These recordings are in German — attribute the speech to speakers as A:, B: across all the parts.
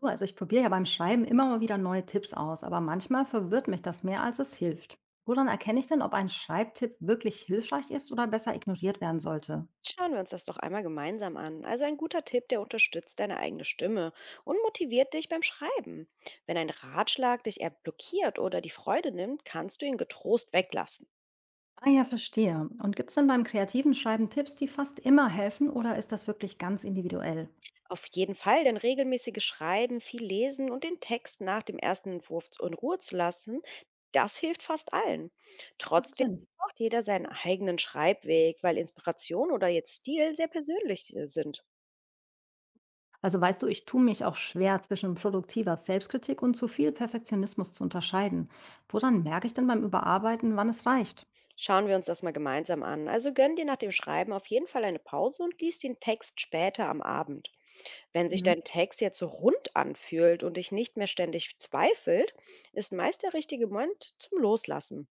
A: Du, also ich probiere ja beim Schreiben immer mal wieder neue Tipps aus, aber manchmal verwirrt mich das mehr, als es hilft. Woran erkenne ich denn, ob ein Schreibtipp wirklich hilfreich ist oder besser ignoriert werden sollte?
B: Schauen wir uns das doch einmal gemeinsam an. Also ein guter Tipp, der unterstützt deine eigene Stimme und motiviert dich beim Schreiben. Wenn ein Ratschlag dich eher blockiert oder die Freude nimmt, kannst du ihn getrost weglassen.
A: Ah ja, verstehe. Und gibt es denn beim kreativen Schreiben Tipps, die fast immer helfen oder ist das wirklich ganz individuell?
B: Auf jeden Fall, denn regelmäßiges Schreiben, viel Lesen und den Text nach dem ersten Entwurf in Ruhe zu lassen, das hilft fast allen.
A: Macht
B: Trotzdem
A: Sinn.
B: braucht jeder seinen eigenen Schreibweg, weil Inspiration oder jetzt Stil sehr persönlich sind.
A: Also weißt du, ich tue mich auch schwer, zwischen produktiver Selbstkritik und zu viel Perfektionismus zu unterscheiden. Woran merke ich denn beim Überarbeiten, wann es reicht?
B: Schauen wir uns das mal gemeinsam an. Also gönn dir nach dem Schreiben auf jeden Fall eine Pause und lies den Text später am Abend. Wenn sich
A: Mhm.
B: dein Text jetzt so rund anfühlt und dich nicht mehr ständig zweifelt, ist meist der richtige Moment zum Loslassen.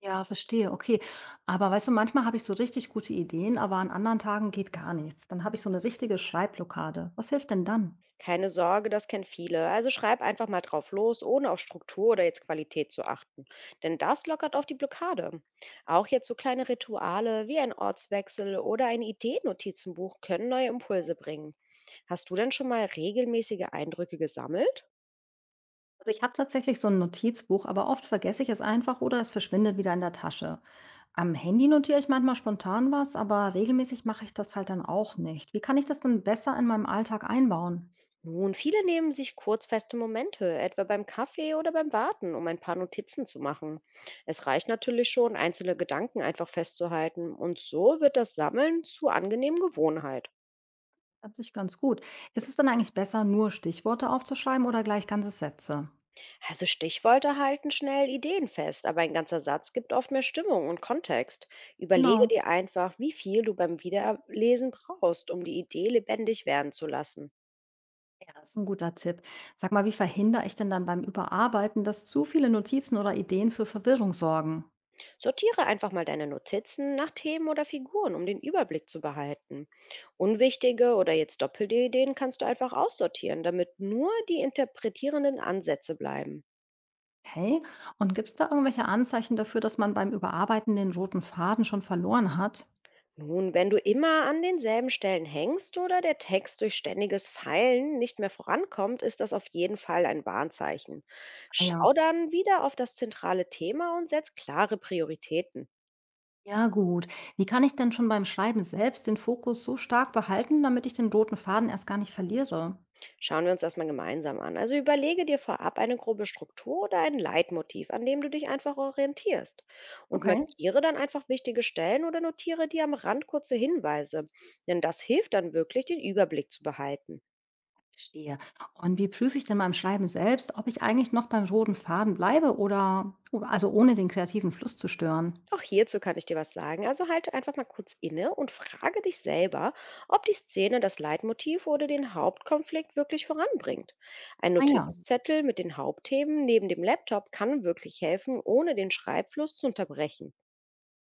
A: Ja, verstehe, okay. Aber weißt du, manchmal habe ich so richtig gute Ideen, aber an anderen Tagen geht gar nichts. Dann habe ich so eine richtige Schreibblockade. Was hilft denn dann?
B: Keine Sorge, das kennen viele. Also schreib einfach mal drauf los, ohne auf Struktur oder jetzt Qualität zu achten. Denn das lockert auf die Blockade. Auch jetzt so kleine Rituale wie ein Ortswechsel oder ein Ideennotizenbuch können neue Impulse bringen. Hast du denn schon mal regelmäßige Eindrücke gesammelt?
A: Also ich habe tatsächlich so ein Notizbuch, aber oft vergesse ich es einfach oder es verschwindet wieder in der Tasche. Am Handy notiere ich manchmal spontan was, aber regelmäßig mache ich das halt dann auch nicht. Wie kann ich das denn besser in meinem Alltag einbauen?
B: Nun, viele nehmen sich kurzfeste Momente, etwa beim Kaffee oder beim Warten, um ein paar Notizen zu machen. Es reicht natürlich schon, einzelne Gedanken einfach festzuhalten und so wird das Sammeln zur angenehmen Gewohnheit.
A: Hört sich ganz gut. Ist es dann eigentlich besser, nur Stichworte aufzuschreiben oder gleich ganze Sätze?
B: Also Stichworte halten schnell Ideen fest, aber ein ganzer Satz gibt oft mehr Stimmung und Kontext. Überlege
A: Genau.
B: dir einfach, wie viel du beim Wiederlesen brauchst, um die Idee lebendig werden zu lassen.
A: Ja, das ist ein guter Tipp. Sag mal, wie verhindere ich denn dann beim Überarbeiten, dass zu viele Notizen oder Ideen für Verwirrung sorgen?
B: Sortiere einfach mal deine Notizen nach Themen oder Figuren, um den Überblick zu behalten. Unwichtige oder jetzt doppelte Ideen kannst du einfach aussortieren, damit nur die interpretierenden Ansätze bleiben.
A: Okay. Und gibt es da irgendwelche Anzeichen dafür, dass man beim Überarbeiten den roten Faden schon verloren hat?
B: Nun, wenn du immer an denselben Stellen hängst oder der Text durch ständiges Feilen nicht mehr vorankommt, ist das auf jeden Fall ein Warnzeichen.
A: Ah
B: Schau
A: ja.
B: dann wieder auf das zentrale Thema und setz klare Prioritäten.
A: Ja, gut. Wie kann ich denn schon beim Schreiben selbst den Fokus so stark behalten, damit ich den roten Faden erst gar nicht verliere?
B: Schauen wir uns das mal gemeinsam an. Also überlege dir vorab eine grobe Struktur oder ein Leitmotiv, an dem du dich einfach orientierst. Und
A: Okay,
B: markiere dann einfach wichtige Stellen oder notiere dir am Rand kurze Hinweise. Denn das hilft dann wirklich, den Überblick zu behalten.
A: verstehe. Und wie prüfe ich denn beim Schreiben selbst, ob ich eigentlich noch beim roten Faden bleibe oder also ohne den kreativen Fluss zu stören?
B: Auch hierzu kann ich dir was sagen. Also halte einfach mal kurz inne und frage dich selber, ob die Szene das Leitmotiv oder den Hauptkonflikt wirklich voranbringt. Ein
A: Ah ja.
B: Notizzettel mit den Hauptthemen neben dem Laptop kann wirklich helfen, ohne den Schreibfluss zu unterbrechen.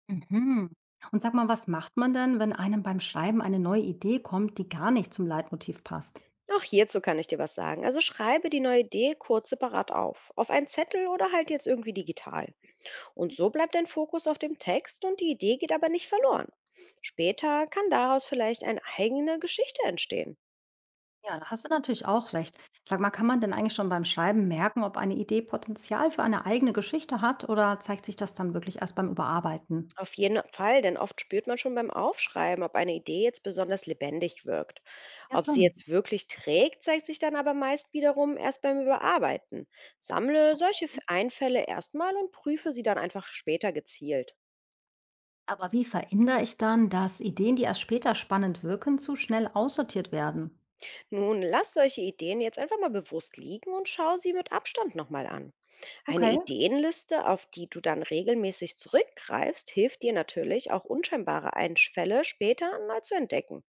A: Mhm. Und sag mal, was macht man denn, wenn einem beim Schreiben eine neue Idee kommt, die gar nicht zum Leitmotiv passt?
B: Auch hierzu kann ich dir was sagen. Also schreibe die neue Idee kurz separat auf. Auf einen Zettel oder halt jetzt irgendwie digital. Und so bleibt dein Fokus auf dem Text und die Idee geht aber nicht verloren. Später kann daraus vielleicht eine eigene Geschichte entstehen.
A: Ja, da hast du natürlich auch recht. Sag mal, kann man denn eigentlich schon beim Schreiben merken, ob eine Idee Potenzial für eine eigene Geschichte hat oder zeigt sich das dann wirklich erst beim Überarbeiten?
B: Auf jeden Fall, denn oft spürt man schon beim Aufschreiben, ob eine Idee jetzt besonders lebendig wirkt.
A: Ja,
B: Ob sie
A: schon.
B: jetzt wirklich trägt, zeigt sich dann aber meist wiederum erst beim Überarbeiten. Sammle solche Einfälle erstmal und prüfe sie dann einfach später gezielt.
A: Aber wie verhindere ich dann, dass Ideen, die erst später spannend wirken, zu schnell aussortiert werden?
B: Nun, lass solche Ideen jetzt einfach mal bewusst liegen und schau sie mit Abstand nochmal an. Eine
A: Okay.
B: Ideenliste, auf die du dann regelmäßig zurückgreifst, hilft dir natürlich, auch unscheinbare Einfälle später neu zu entdecken.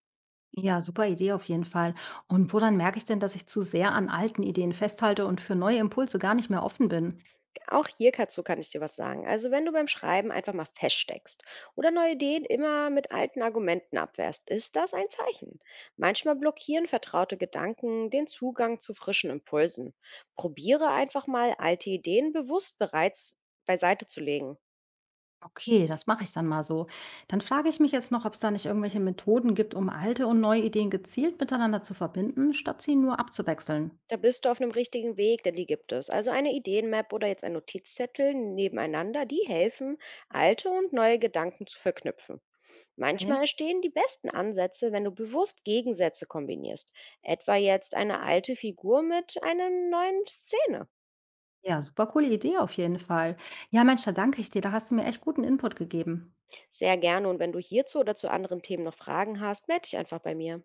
A: Ja, super Idee auf jeden Fall. Und woran merke ich denn, dass ich zu sehr an alten Ideen festhalte und für neue Impulse gar nicht mehr offen bin?
B: Auch hier dazu kann ich dir was sagen. Also wenn du beim Schreiben einfach mal feststeckst oder neue Ideen immer mit alten Argumenten abwehrst, ist das ein Zeichen. Manchmal blockieren vertraute Gedanken den Zugang zu frischen Impulsen. Probiere einfach mal, alte Ideen bewusst bereits beiseite zu legen.
A: Okay, das mache ich dann mal so. Dann frage ich mich jetzt noch, ob es da nicht irgendwelche Methoden gibt, um alte und neue Ideen gezielt miteinander zu verbinden, statt sie nur abzuwechseln.
B: Da bist du auf einem richtigen Weg, denn die gibt es. Also, eine ideen oder jetzt ein Notizzettel nebeneinander, die helfen, alte und neue Gedanken zu verknüpfen.
A: Okay.
B: Manchmal entstehen die besten Ansätze, wenn du bewusst Gegensätze kombinierst, etwa jetzt eine alte Figur mit einer neuen Szene.
A: Ja, super coole Idee auf jeden Fall. Ja, Mensch, da danke ich dir. Da hast du mir echt guten Input gegeben.
B: Sehr gerne und wenn du hierzu oder zu anderen Themen noch Fragen hast, melde dich einfach bei mir.